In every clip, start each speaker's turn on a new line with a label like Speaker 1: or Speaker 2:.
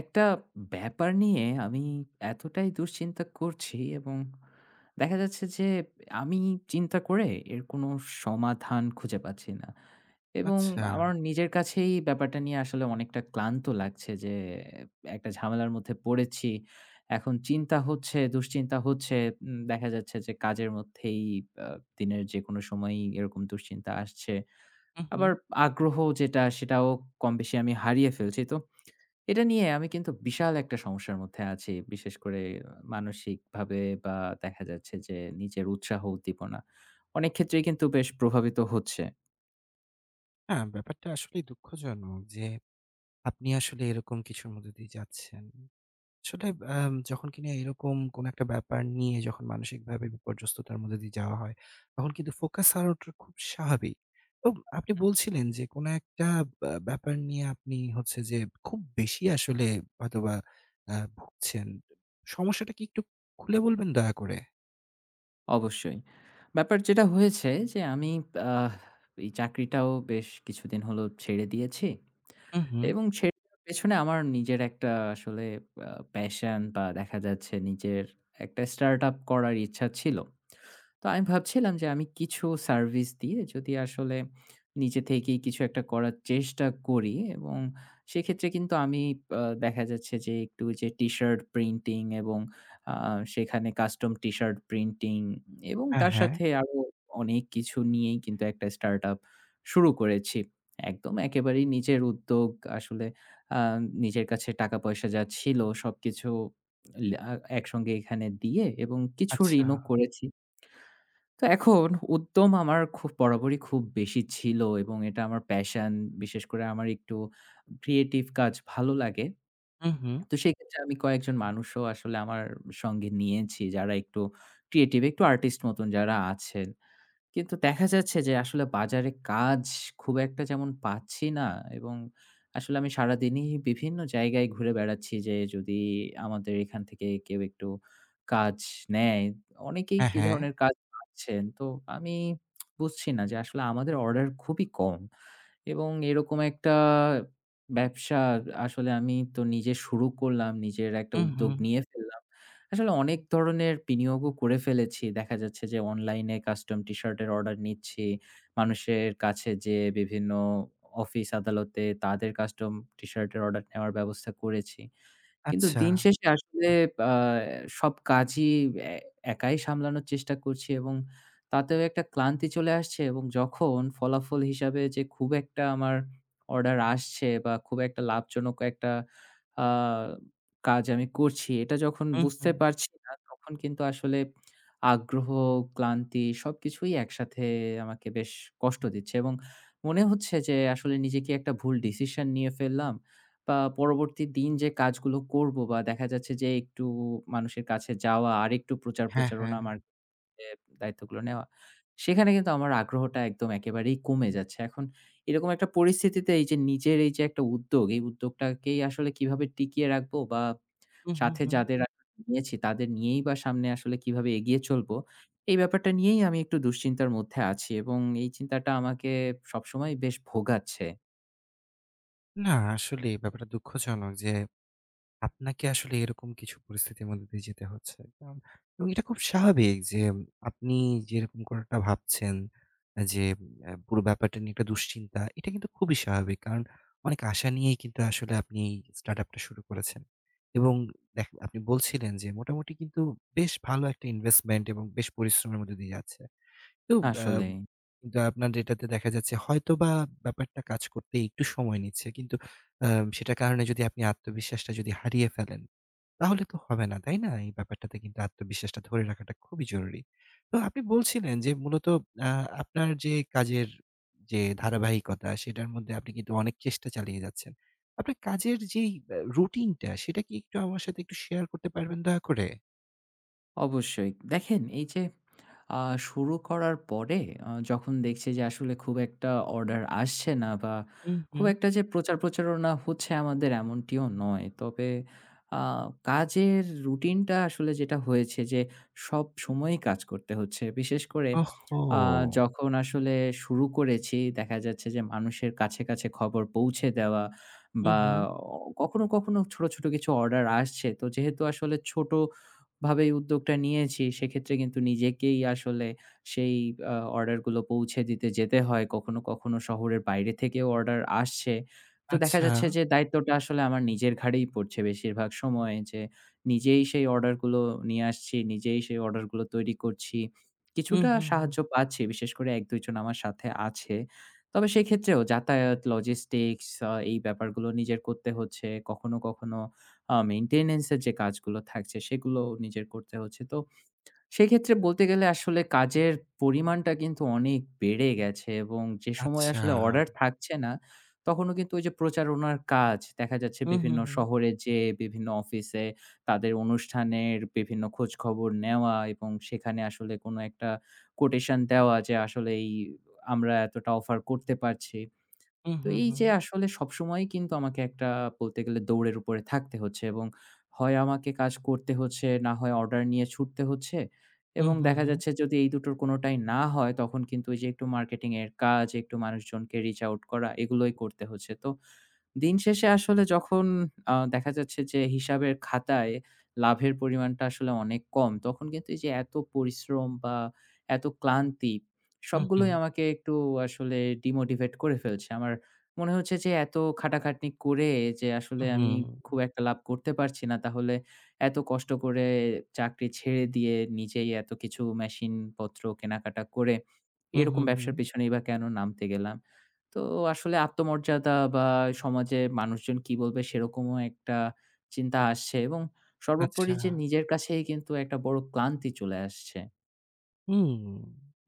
Speaker 1: একটা ব্যাপার নিয়ে আমি এতটাই দুশ্চিন্তা করছি, এবং দেখা যাচ্ছে যে আমি চিন্তা করে এর কোনো সমাধান খুঁজে পাচ্ছি না। এবং
Speaker 2: আচ্ছা।
Speaker 1: আমার নিজের কাছেই ব্যাপারটা নিয়ে আসলে অনেকটা ক্লান্ত লাগছে যে একটা ঝামেলার মধ্যে পড়েছি। এখন চিন্তা হচ্ছে, দুশ্চিন্তা হচ্ছে। দেখা যাচ্ছে যে কাজের মধ্যেই, দিনের যে কোনো সময়ই এরকম দুশ্চিন্তা আসছে।
Speaker 2: হু, হু।
Speaker 1: আবার আগ্রহ যেটা সেটাও কম বেশি আমি হারিয়ে ফেলছি, তো এটা নিয়ে আমি কিন্তু বিশাল একটা সমস্যার মধ্যে আছি। বিশেষ করে মানসিকভাবে, বা দেখা যাচ্ছে যে নিজের উৎসাহ উদ্দীপনা অনেক ক্ষেত্রেই কিন্তু বেশ প্রভাবিত হচ্ছে।
Speaker 2: হ্যাঁ, ব্যাপারটা আসলেই দুঃখজনক যে আপনি আসলে এরকম কিছুর মধ্যে দিয়ে যাচ্ছেন। আসলে যখন কিনা এরকম কোন একটা ব্যাপার নিয়ে যখন মানসিকভাবে বিপর্যস্ততার মধ্যে দিয়ে যাওয়া হয়, তখন কিন্তু ফোকাস হারানোটা খুব স্বাভাবিক। তো আপনি বলছিলেন যে কোন একটা ব্যাপার নিয়ে আপনি হচ্ছে যে খুব বেশি আসলে হয়তোবা ভুগছেন। সমস্যাটা কি একটু খুলে বলবেন দয়া করে?
Speaker 1: অবশ্যই। ব্যাপার যেটা হয়েছে যে আমি আহ এই চাকরিটাও বেশ কিছুদিন হলো ছেড়ে দিয়েছি।
Speaker 2: হু, হু।
Speaker 1: এবং ছেড়ে দেওয়ার পেছনে আমার নিজের একটা আসলে প্যাশন, বা দেখা যাচ্ছে নিজের একটা স্টার্টআপ করার ইচ্ছা ছিল। তো আমি ভাবছিলাম যে আমি কিছু সার্ভিস দিয়ে যদি আসলে নিজে থেকেই কিছু একটা করার চেষ্টা করি, এবং সেক্ষেত্রে কিন্তু আমি দেখা যাচ্ছে যে একটু যে টি-শার্ট প্রিন্টিং এবং আ সেখানে কাস্টম টি-শার্ট প্রিন্টিং এবং
Speaker 2: হ্যাঁ,
Speaker 1: তার
Speaker 2: হ্যাঁ।
Speaker 1: সাথে আরো অনেক কিছু নিয়েই কিন্তু একটা স্টার্টআপ শুরু করেছি। একদম একেবারেই নিজের উদ্যোগ, আসলে আ নিজের কাছে টাকা-পয়সা যা ছিল সবকিছু লে আ একসঙ্গে এখানে দিয়ে এবং কিছু
Speaker 2: আচ্ছা।
Speaker 1: ঋণও করেছি। তো এখন উদ্যম আমার খুব বরাবরই খুব বেশি ছিল, এবং এটা আমার প্যাশন। বিশেষ করে আমার একটু ক্রিয়েটিভ কাজ ভালো লাগে।
Speaker 2: হু, হু।
Speaker 1: তো সেক্ষেত্রে আমি কয়েকজন মানুষও আসলে আমার সঙ্গে নিয়েছি যারা একটু ক্রিয়েটিভ, একটু আর্টিস্ট মতন যারা আছেন। কিন্তু দেখা যাচ্ছে যে আসলে বাজারে কাজ খুব একটা যেমন পাচ্ছি না, এবং আসলে আমি সারাদিনই বিভিন্ন জায়গায় ঘুরে বেড়াচ্ছি যে যদি আমাদের এখান থেকে কেউ একটু কাজ নেয়, অনেকেই
Speaker 2: হ্যাঁ,
Speaker 1: কি
Speaker 2: হ্যাঁ।
Speaker 1: ধরনের কাজ পাচ্ছেন। তো আমি বুঝছি না যে আসলে আমাদের অর্ডার খুবই কম। এবং এরকম একটা ব্যবসা আসলে আমি তো নিজে শুরু করলাম, নিজের একটা
Speaker 2: হু, হু।
Speaker 1: উদ্যোগ নিয়ে ফেললাম। আসলে অনেক ধরনের বিনিয়োগও করে ফেলেছি। দেখা যাচ্ছে যে অনলাইনে কাস্টম টি শার্টের অর্ডার নিচ্ছি। মানুষের কাছে যেয়ে বিভিন্ন অফিস আদালতে তাদের কাস্টম টি শার্টের অর্ডার নেওয়ার ব্যবস্থা করেছি। কিন্তু
Speaker 2: আচ্ছা।
Speaker 1: দিন শেষে আসলে আ সব কাজই এ একাই সামলানোর চেষ্টা করছি, এবং তাতেও একটা ক্লান্তি চলে আসছে, এবং যখন ফলাফল হিসাবে যে খুব একটা আমার অর্ডার আসছে বা খুব একটা লাভজনক একটা আ কাজ আমি করছি, এটা যখন
Speaker 2: হুম,
Speaker 1: বুঝতে
Speaker 2: হুম।
Speaker 1: পারছি না, তখন কিন্তু আসলে আগ্রহ, ক্লান্তি সবকিছুই একসাথে আমাকে বেশ কষ্ট দিচ্ছে, এবং মনে হচ্ছে যে আসলে নিজে কি একটা ভুল ডিসিশন নিয়ে ফেললাম? বা পরবর্তী দিন যে কাজগুলো করব বা দেখা যাচ্ছে যে একটু মানুষের কাছে যাওয়া, আরেকটু প্রচার
Speaker 2: হ্যাঁ, হ্যাঁ।
Speaker 1: প্রচারণা, মার্কেটে দায়িত্বগুলো নেওয়া, সেখানে কিন্তু আমার আগ্রহটা একদম একেবারেই কমে যাচ্ছে। এখন এরকম একটা পরিস্থিতিতে এই যে নিজের এই যে একটা উদ্যোগ, এই উদ্যোগটাকেই আসলে কিভাবে টিকিয়ে রাখবো, বা
Speaker 2: হুম, হুম,
Speaker 1: সাথে
Speaker 2: হুম।
Speaker 1: যাদের আসলে নিয়েছি তাদের নিয়েই বা সামনে আসলে কিভাবে এগিয়ে চলবো, এই ব্যাপারটা নিয়েই আমি একটু দুশ্চিন্তার মধ্যে আছি, এবং এই চিন্তাটা আমাকে সবসময় বেশ ভোগাচ্ছে।
Speaker 2: না, আসলেই ব্যাপারটা দুঃখজনক যে আপনাকে আসলে এরকম কিছু পরিস্থিতির মধ্যে দিয়ে যেতে হচ্ছে। কারণ এবং এটা খুব স্বাভাবিক যে আপনি যেরকম কোনটা ভাবছেন যে পুরো ব্যাপারটা নিয়ে একটা দুশ্চিন্তা, এটা কিন্তু খুবই স্বাভাবিক। কারণ অনেক আশা নিয়েই কিন্তু আসলে আপনি এই স্টার্টআপ টা শুরু করেছেন। এবং দেখ আপনি বলছিলেন যে মোটামুটি কিন্তু বেশ ভালো একটা ইনভেস্টমেন্ট এবং বেশ পরিশ্রমের মধ্যে দিয়ে যাচ্ছেন। তো আ
Speaker 1: আসলেই।
Speaker 2: দা আপনার যেটাতে দেখা যাচ্ছে হয়তোবা ব্যাপারটা কাজ করতে একটু সময় নিচ্ছে। কিন্তু আ সেটার কারণে যদি আপনি আত্মবিশ্বাসটা যদি হারিয়ে ফেলেন, তাহলে তো হবে না, তাই না? এই ব্যাপারটাতে কিন্তু আত্মবিশ্বাসটা ধরে রাখাটা খুবই জরুরি। তো আপনি বলছিলেন যে মূলত আ আপনার যে কাজের যে ধারাবাহিকতা, সেটার মধ্যে আপনি কিন্তু অনেক চেষ্টা চালিয়ে যাচ্ছেন। আপনার কাজের যেই রুটিনটা, সেটা কি একটু আমার সাথে একটু শেয়ার করতে পারবেন দয়া করে?
Speaker 1: অবশ্যই। দেখেন, এই যে আ শুরু করার পরে যখন দেখছি যে আসলে খুব একটা অর্ডার আসছে না, বা
Speaker 2: হুম,
Speaker 1: খুব
Speaker 2: হুম।
Speaker 1: একটা যে প্রচার প্রচারণা হচ্ছে আমাদের এমনটিও নয়। তবে আ কাজের রুটিনটা আসলে যেটা হয়েছে যে সব সময়ই কাজ করতে হচ্ছে। বিশেষ করে
Speaker 2: ওহহো!
Speaker 1: আ যখন আসলে শুরু করেছি দেখা যাচ্ছে যে মানুষের কাছে, কাছে খবর পৌঁছে দেওয়া
Speaker 2: হুম,
Speaker 1: বা
Speaker 2: হুম।
Speaker 1: কখনো, কখনো ছোট, ছোট কিছু অর্ডার আসছে। তো যেহেতু আসলে ছোট ভাবে এই উদ্যোগটা নিয়েছি, সেক্ষেত্রে কিন্তু নিজেকেই আসলে সেই অর্ডারগুলো পৌঁছে দিতে যেতে হয়। কখনো, কখনো শহরের বাইরে থেকেও অর্ডার আসছে। তো দেখা
Speaker 2: আচ্ছা।
Speaker 1: যাচ্ছে যে দায়িত্বটা আসলে আমার নিজের ঘাড়েই পড়ছে বেশিরভাগ সময়ে, যে নিজেই সেই অর্ডারগুলো নিয়ে আসছি, নিজেই সেই অর্ডারগুলো তৈরি করছি।
Speaker 2: হুম,
Speaker 1: কিছুটা
Speaker 2: হুম, হুম।
Speaker 1: সাহায্য পাচ্ছি, বিশেষ করে ১-২ জন আমার সাথে আছে। তবে সেক্ষেত্রেও যাতায়াত, লজিস্টিক্স, এই ব্যাপারগুলো নিজের করতে হচ্ছে। কখনো, কখনো মেইনটেন্যান্স এর যে কাজগুলো থাকছে সেগুলো নিজের করতে হচ্ছে। তো সেক্ষেত্রে বলতে গেলে আসলে কাজের পরিমাণটা কিন্তু অনেক বেড়ে গেছে, এবং যে সময়
Speaker 2: আচ্ছা।
Speaker 1: আসলে অর্ডার থাকছে না, তখনও কিন্তু ওই যে প্রচারণার কাজ, দেখা যাচ্ছে
Speaker 2: হুম, হুম,
Speaker 1: বিভিন্ন
Speaker 2: হুম।
Speaker 1: শহরে যেয়ে বিভিন্ন অফিসে তাদের অনুষ্ঠানের বিভিন্ন খোঁজখবর নেওয়া, এবং সেখানে আসলে কোনো একটা কোটেশন দেওয়া যে আসলে এই আমরা এতটা অফার করতে পারছি।
Speaker 2: হুম,
Speaker 1: তো
Speaker 2: হুম,
Speaker 1: এই
Speaker 2: হুম।
Speaker 1: যে আসলে সবসময়ই কিন্তু আমাকে একটা বলতে গেলে দৌড়ের উপরে থাকতে হচ্ছে, এবং হয় আমাকে কাজ করতে হচ্ছে, না হয় অর্ডার নিয়ে ছুটতে হচ্ছে,
Speaker 2: হুম,
Speaker 1: এবং
Speaker 2: হুম,
Speaker 1: দেখা
Speaker 2: হুম।
Speaker 1: যাচ্ছে যদি এই দুটোর কোনোটাই না হয়, তখন কিন্তু ওই যে একটু মার্কেটিং এর কাজ, একটু মানুষজনকে রিচ আউট করা এগুলোই করতে হচ্ছে। তো দিন শেষে আসলে যখন দেখা যাচ্ছে যে হিসাবের খাতায় লাভের পরিমাণটা আসলে অনেক কম, তখন কিন্তু এই যে এত পরিশ্রম বা এত ক্লান্তি
Speaker 2: হুম,
Speaker 1: সবগুলোই
Speaker 2: হুম,
Speaker 1: আমাকে একটু আসলে ডিমোটিভেট করে ফেলছে। আমার মনে হচ্ছে যে এত খাটাখাটনি করে যে আসলে
Speaker 2: হুম,
Speaker 1: আমি
Speaker 2: হুম।
Speaker 1: খুব একটা লাভ করতে পারছি না। তাহলে এত কষ্ট করে চাকরি ছেড়ে দিয়ে নিজেই এত কিছু মেশিনপত্র কেনাকাটা করে
Speaker 2: হুম,
Speaker 1: এরকম
Speaker 2: হুম, হুম।
Speaker 1: ব্যবসার পেছনেই বা কেন নামতে গেলাম? তো আসলে আত্মমর্যাদা বা সমাজে মানুষজন কি বলবে সেরকমও একটা চিন্তা আসছে, এবং সর্বোপরি
Speaker 2: আচ্ছা।
Speaker 1: যে নিজের কাছেই কিন্তু একটা বড় ক্লান্তি চলে আসছে।
Speaker 2: হুম।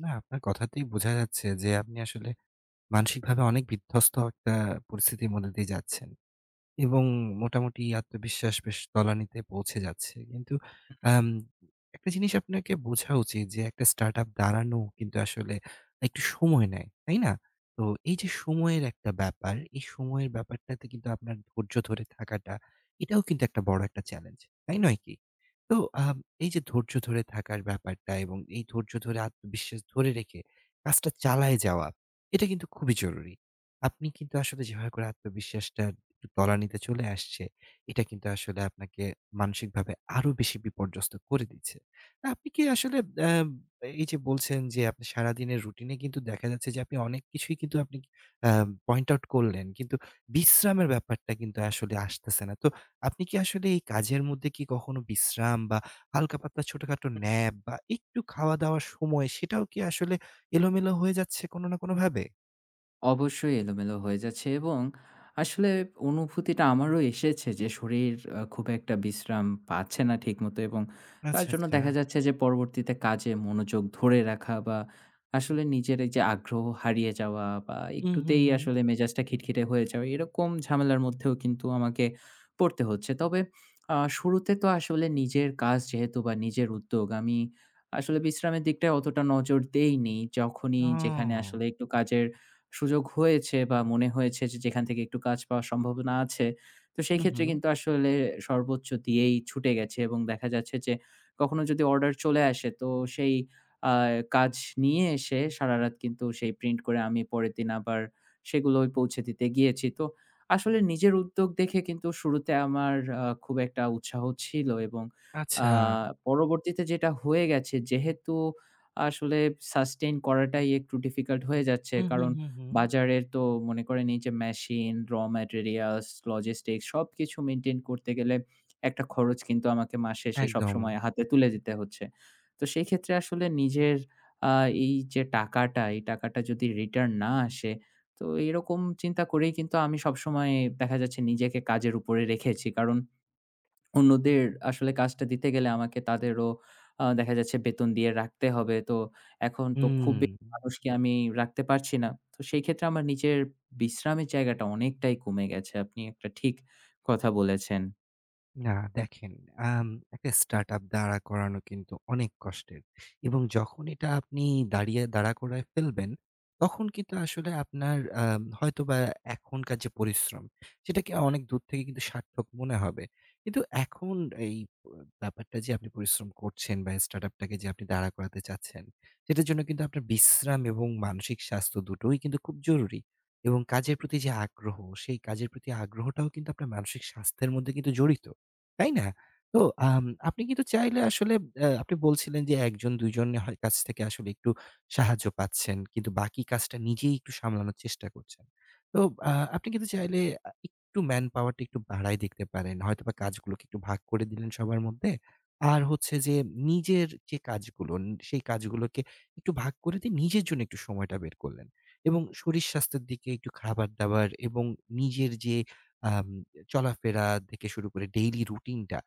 Speaker 2: না, আপনার কথাতেই বোঝা যাচ্ছে যে আপনি আসলে মানসিকভাবে অনেক বিধ্বস্ত একটা পরিস্থিতির মধ্যে দিয়ে যাচ্ছেন। এবং মোটামুটি আত্মবিশ্বাস বেশ তলানিতে পৌঁছে যাচ্ছে। কিন্তু আম একটা জিনিস আপনাকে বোঝা উচিত যে একটা স্টার্টআপ দাঁড়ানো কিন্তু আসলে একটু সময় নেয়, তাই না? তো এই যে সময়ের একটা ব্যাপার, এই সময়ের ব্যাপারটাতে কিন্তু আপনার ধৈর্য ধরে থাকাটা, এটাও কিন্তু একটা বড় একটা চ্যালেঞ্জ, তাই নয় কি? তো আম এই যে ধৈর্য ধরে থাকার ব্যাপারটা এবং এই ধৈর্য ধরে আত্মবিশ্বাস ধরে রেখে কাজটা চালায় যাওয়া, এটা কিন্তু খুবই জরুরি। আপনি কিন্তু আসলে যেভাবে করে আত্মবিশ্বাসটা তলানিতে চলে আসছে, এটা কিন্তু আসলে আপনাকে মানসিকভাবে আরো বেশি বিপর্যস্ত করে দিচ্ছে। তা আপনি কি আসলে এই যে বলছেন যে আপনি সারাদিনের রুটিনে কিন্তু দেখা যাচ্ছে যে আপনি অনেক কিছুই কিন্তু আপনি অ্যা পয়েন্ট আউট করলেন। কিন্তু বিশ্রামের ব্যাপারটা কিন্তু আসলে আসতেছে না। তো আপনি কি আসলে এই কাজের মধ্যে কি কখনো বিশ্রাম বা হালকা-পাতলা ছোটখাটো ন্যাপ বা একটু খাওয়া-দাওয়ার সময় সেটাও কি আসলে এলোমেলো হয়ে যাচ্ছে কোনো না কোনোভাবে?
Speaker 1: অবশ্যই এলোমেলো হয়ে যাচ্ছে, এবং আসলে অনুভূতিটা আমারও এসেছে যে শরীর খুব একটা বিশ্রাম পাচ্ছে না ঠিকমতো, এবং তার
Speaker 2: আচ্ছা,
Speaker 1: জন্য
Speaker 2: আচ্ছা।
Speaker 1: দেখা যাচ্ছে যে পরবর্তীতে কাজে মনোযোগ ধরে রাখা বা আসলে নিজের এই যে আগ্রহ হারিয়ে যাওয়া বা
Speaker 2: হুম, হুম,
Speaker 1: একটুতেই
Speaker 2: হুম।
Speaker 1: আসলে মেজাজটা খিটখিটে হয়ে যাওয়া এরকম ঝামেলার মধ্যেও কিন্তু আমাকে পড়তে হচ্ছে। তবে শুরুতে তো আসলে নিজের কাজ যেহেতু বা নিজের উদ্যোগ, আমি আসলে বিশ্রামের দিকটায় অতটা নজর দেইনি। যখনই যেখানে আসলে
Speaker 2: ও!
Speaker 1: একটু কাজের সুযোগ হয়েছে বা মনে হয়েছে যে যেখান থেকে একটু কাজ পাওয়ার সম্ভাবনা আছে। তো সেই
Speaker 2: হু,
Speaker 1: ক্ষেত্রে
Speaker 2: হু।
Speaker 1: কিন্তু আসলে সর্বোচ্চ দিয়েই ছুটে গেছে, এবং দেখা যাচ্ছে যে কখনো যদি অর্ডার চলে আসে তো সেই আ কাজ নিয়ে এসে সারারাত কিন্তু সেই প্রিন্ট করে আমি পরের দিন আবার সেগুলোই পৌঁছে দিতে গিয়েছি। তো আসলে নিজের উদ্যোগ দেখে কিন্তু শুরুতে আমার খুব একটা উৎসাহ ছিল, এবং আ
Speaker 2: আচ্ছা।
Speaker 1: পরবর্তীতে যেটা হয়ে গেছে যেহেতু আসলে সাস্টেইন করাটাই একটু ডিফিকাল্ট হয়ে যাচ্ছে।
Speaker 2: হু, হু,
Speaker 1: কারণ
Speaker 2: হু, হু।
Speaker 1: বাজারের তো, মনে করেন এই যে মেশিন, raw materials, logistics সবকিছু মেইনটেইন করতে গেলে একটা খরচ কিন্তু আমাকে মাস শেষে
Speaker 2: একদম।
Speaker 1: সবসময় হাতে তুলে দিতে হচ্ছে। তো সেই ক্ষেত্রে আসলে নিজের আ এই যে টাকাটা, এই টাকাটা যদি রিটার্ন না আসে, তো এরকম চিন্তা করেই কিন্তু আমি সবসময় দেখা যাচ্ছে নিজেকে কাজের উপরে রেখেছি। কারণ অন্যদের আসলে কাজটা দিতে গেলে আমাকে তাদেরও দেখা যাচ্ছে বেতন দিয়ে রাখতে হবে। তো এখন তো খুব
Speaker 2: হুম।
Speaker 1: বেশি মানুষকে আমি রাখতে পারছি না। তো সেই ক্ষেত্রে আমার নিজের বিশ্রামের জায়গাটা অনেকটাই কমে গেছে। আপনি একটা ঠিক কথা বলেছেন।
Speaker 2: না, দেখেন, আম একটা স্টার্টআপ দাঁড়া করানো কিন্তু অনেক কষ্টের এবং যখন এটা আপনি দাঁড়িয়ে দাঁড়া করায় ফেলবেন, তখন কিন্তু আসলে আপনার হয়তোবা এখনকার যে পরিশ্রম, সেটাকে অনেক দূর থেকে কিন্তু সার্থক মনে হবে। কিন্তু এখন এই প ব্যাপারটা যে আপনি পরিশ্রম করছেন বা স্টার্টআপ টাকে যে আপনি দাঁড়া করাতে চাচ্ছেন, সেটার জন্য কিন্তু আপনার বিশ্রাম এবং মানসিক স্বাস্থ্য দুটোই কিন্তু খুব জরুরি। এবং কাজের প্রতি যে আগ্রহ, সেই কাজের প্রতি আগ্রহটাও কিন্তু আপনার মানসিক স্বাস্থ্যের মধ্যে কিন্তু জড়িত। তাই না? তো আপনি কিন্তু চাইলে আসলে আপনি বলছিলেন যে একজন ২ জনের হয় কাছ থেকে আসলে একটু সাহায্য পাচ্ছেন। কিন্তু বাকি কাজটা নিজেই একটু সামলানোর চেষ্টা করছেন। তো আপনি কিন্তু চাইলে একটু ম্যান পাওয়ারটা একটু বাড়ায় দেখতে পারেন। হয়তোবা কাজগুলোকে একটু ভাগ করে দিলেন সবার মধ্যে। আর হচ্ছে যে নিজের যে কাজগুলো সেই কাজগুলোকে একটু ভাগ করে দিয়ে নিজের জন্য একটু সময়টা বের করলেন। এবং শরীর স্বাস্থ্যের দিকে একটু খাবার-দাবার এবং নিজের যে আম চলাফেরা থেকে শুরু করে ডেইলি রুটিনটা,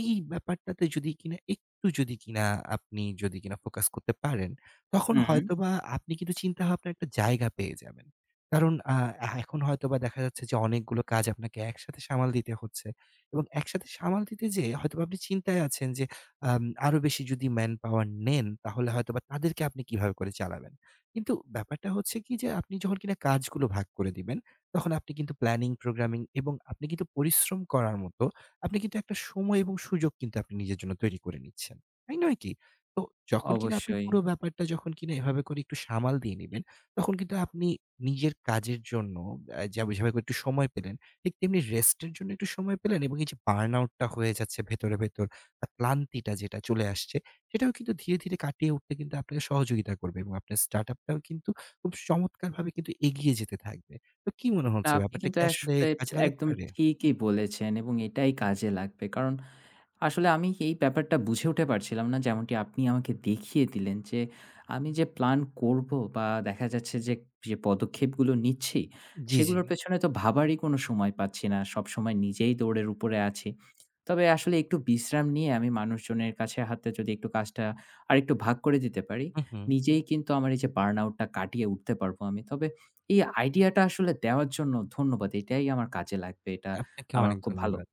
Speaker 2: এই ব্যাপারটাতে যদি কিনা একটু যদি কিনা আপনি যদি কিনা ফোকাস করতে পারেন, তখন
Speaker 1: হুম,
Speaker 2: হয়তোবা আপনি কিন্তু চিন্তাভাবনার একটা জায়গা পেয়ে যাবেন। কারণ এখন হয়তোবা দেখা যাচ্ছে যে অনেকগুলো কাজ আপনাকে একসাথে সামাল দিতে হচ্ছে এবং একসাথে সামাল দিতে যেয়ে হয়তোবা আপনি চিন্তায় আছেন যে আরো বেশি যদি ম্যান পাওয়ার নেন, তাহলে হয়তোবা তাদেরকে আপনি কিভাবে করে চালাবেন। কিন্তু ব্যাপারটা হচ্ছে কি যে আপনি যখন কিনা কাজগুলো ভাগ করে দিবেন তখন আপনি কিন্তু প্ল্যানিং, প্রোগ্রামিং এবং আপনি কিন্তু পরিশ্রম করার মতো আপনি কিন্তু একটা সময় এবং সুযোগ কিন্তু আপনি নিজের জন্য তৈরি করে নিচ্ছেন। তাই নয় কি? তো যখন কিনা আপনি
Speaker 1: অবশ্যই।
Speaker 2: পুরো ব্যাপারটা যখন কিনা এভাবে করে একটু সামাল দিয়ে নিবেন, তখন কিন্তু আপনি নিজের কাজের জন্য যেমন যেভাবে করে একটু সময় পেলেন, ঠিক তেমনি রেস্টের জন্য একটু সময় পেলেন এবং এই যে বার্ন আউটটা হয়ে যাচ্ছে ভেতরে, ভেতর বা ক্লান্তিটা যেটা চলে আসছে, সেটাও কিন্তু ধীরে, ধীরে কাটিয়ে উঠতে কিন্তু আপনাকে সহযোগিতা করবে এবং আপনার স্টার্টআপটাও কিন্তু খুব চমৎকারভাবে কিন্তু এগিয়ে যেতে থাকবে। তো কি মনে
Speaker 1: না,
Speaker 2: হচ্ছে
Speaker 1: আপনি
Speaker 2: ব্যাপারটা
Speaker 1: কিন্তু
Speaker 2: কি আসলে
Speaker 1: আসলে
Speaker 2: কাজে লাগাতে
Speaker 1: একদম
Speaker 2: পারে?
Speaker 1: ঠিকই বলেছেন, এবং এটাই কাজে লাগবে। কারণ আসলে আমি এই ব্যাপারটা বুঝে উঠে পারছিলাম না। যেমনটি আপনি আমাকে দেখিয়ে দিলেন যে, আমি যে প্ল্যান করব বা দেখা যাচ্ছে যে, যে পদক্ষেপগুলো নিচ্ছি,
Speaker 2: জি, জি।
Speaker 1: সেগুলোর পেছনে তো ভাবারই কোনো সময় পাচ্ছি না। সবসময় নিজেই দৌড়ের উপরে আছি। তবে আসলে একটু বিশ্রাম নিয়ে আমি মানুষজনের কাছে হাতে যদি একটু কাজটা আরেকটু ভাগ করে দিতে পারি,
Speaker 2: হু, হু।
Speaker 1: নিজেই কিন্তু আমার এই যে বার্ন আউট টা কাটিয়ে উঠতে পারব আমি। তবে এই আইডিয়াটা আসলে দেওয়ার জন্য ধন্যবাদ। এটাই আমার কাজে লাগবে। এটা
Speaker 2: আপনাকে
Speaker 1: আমার
Speaker 2: অনেক
Speaker 1: খুব ভালো
Speaker 2: ধন্যবাদ।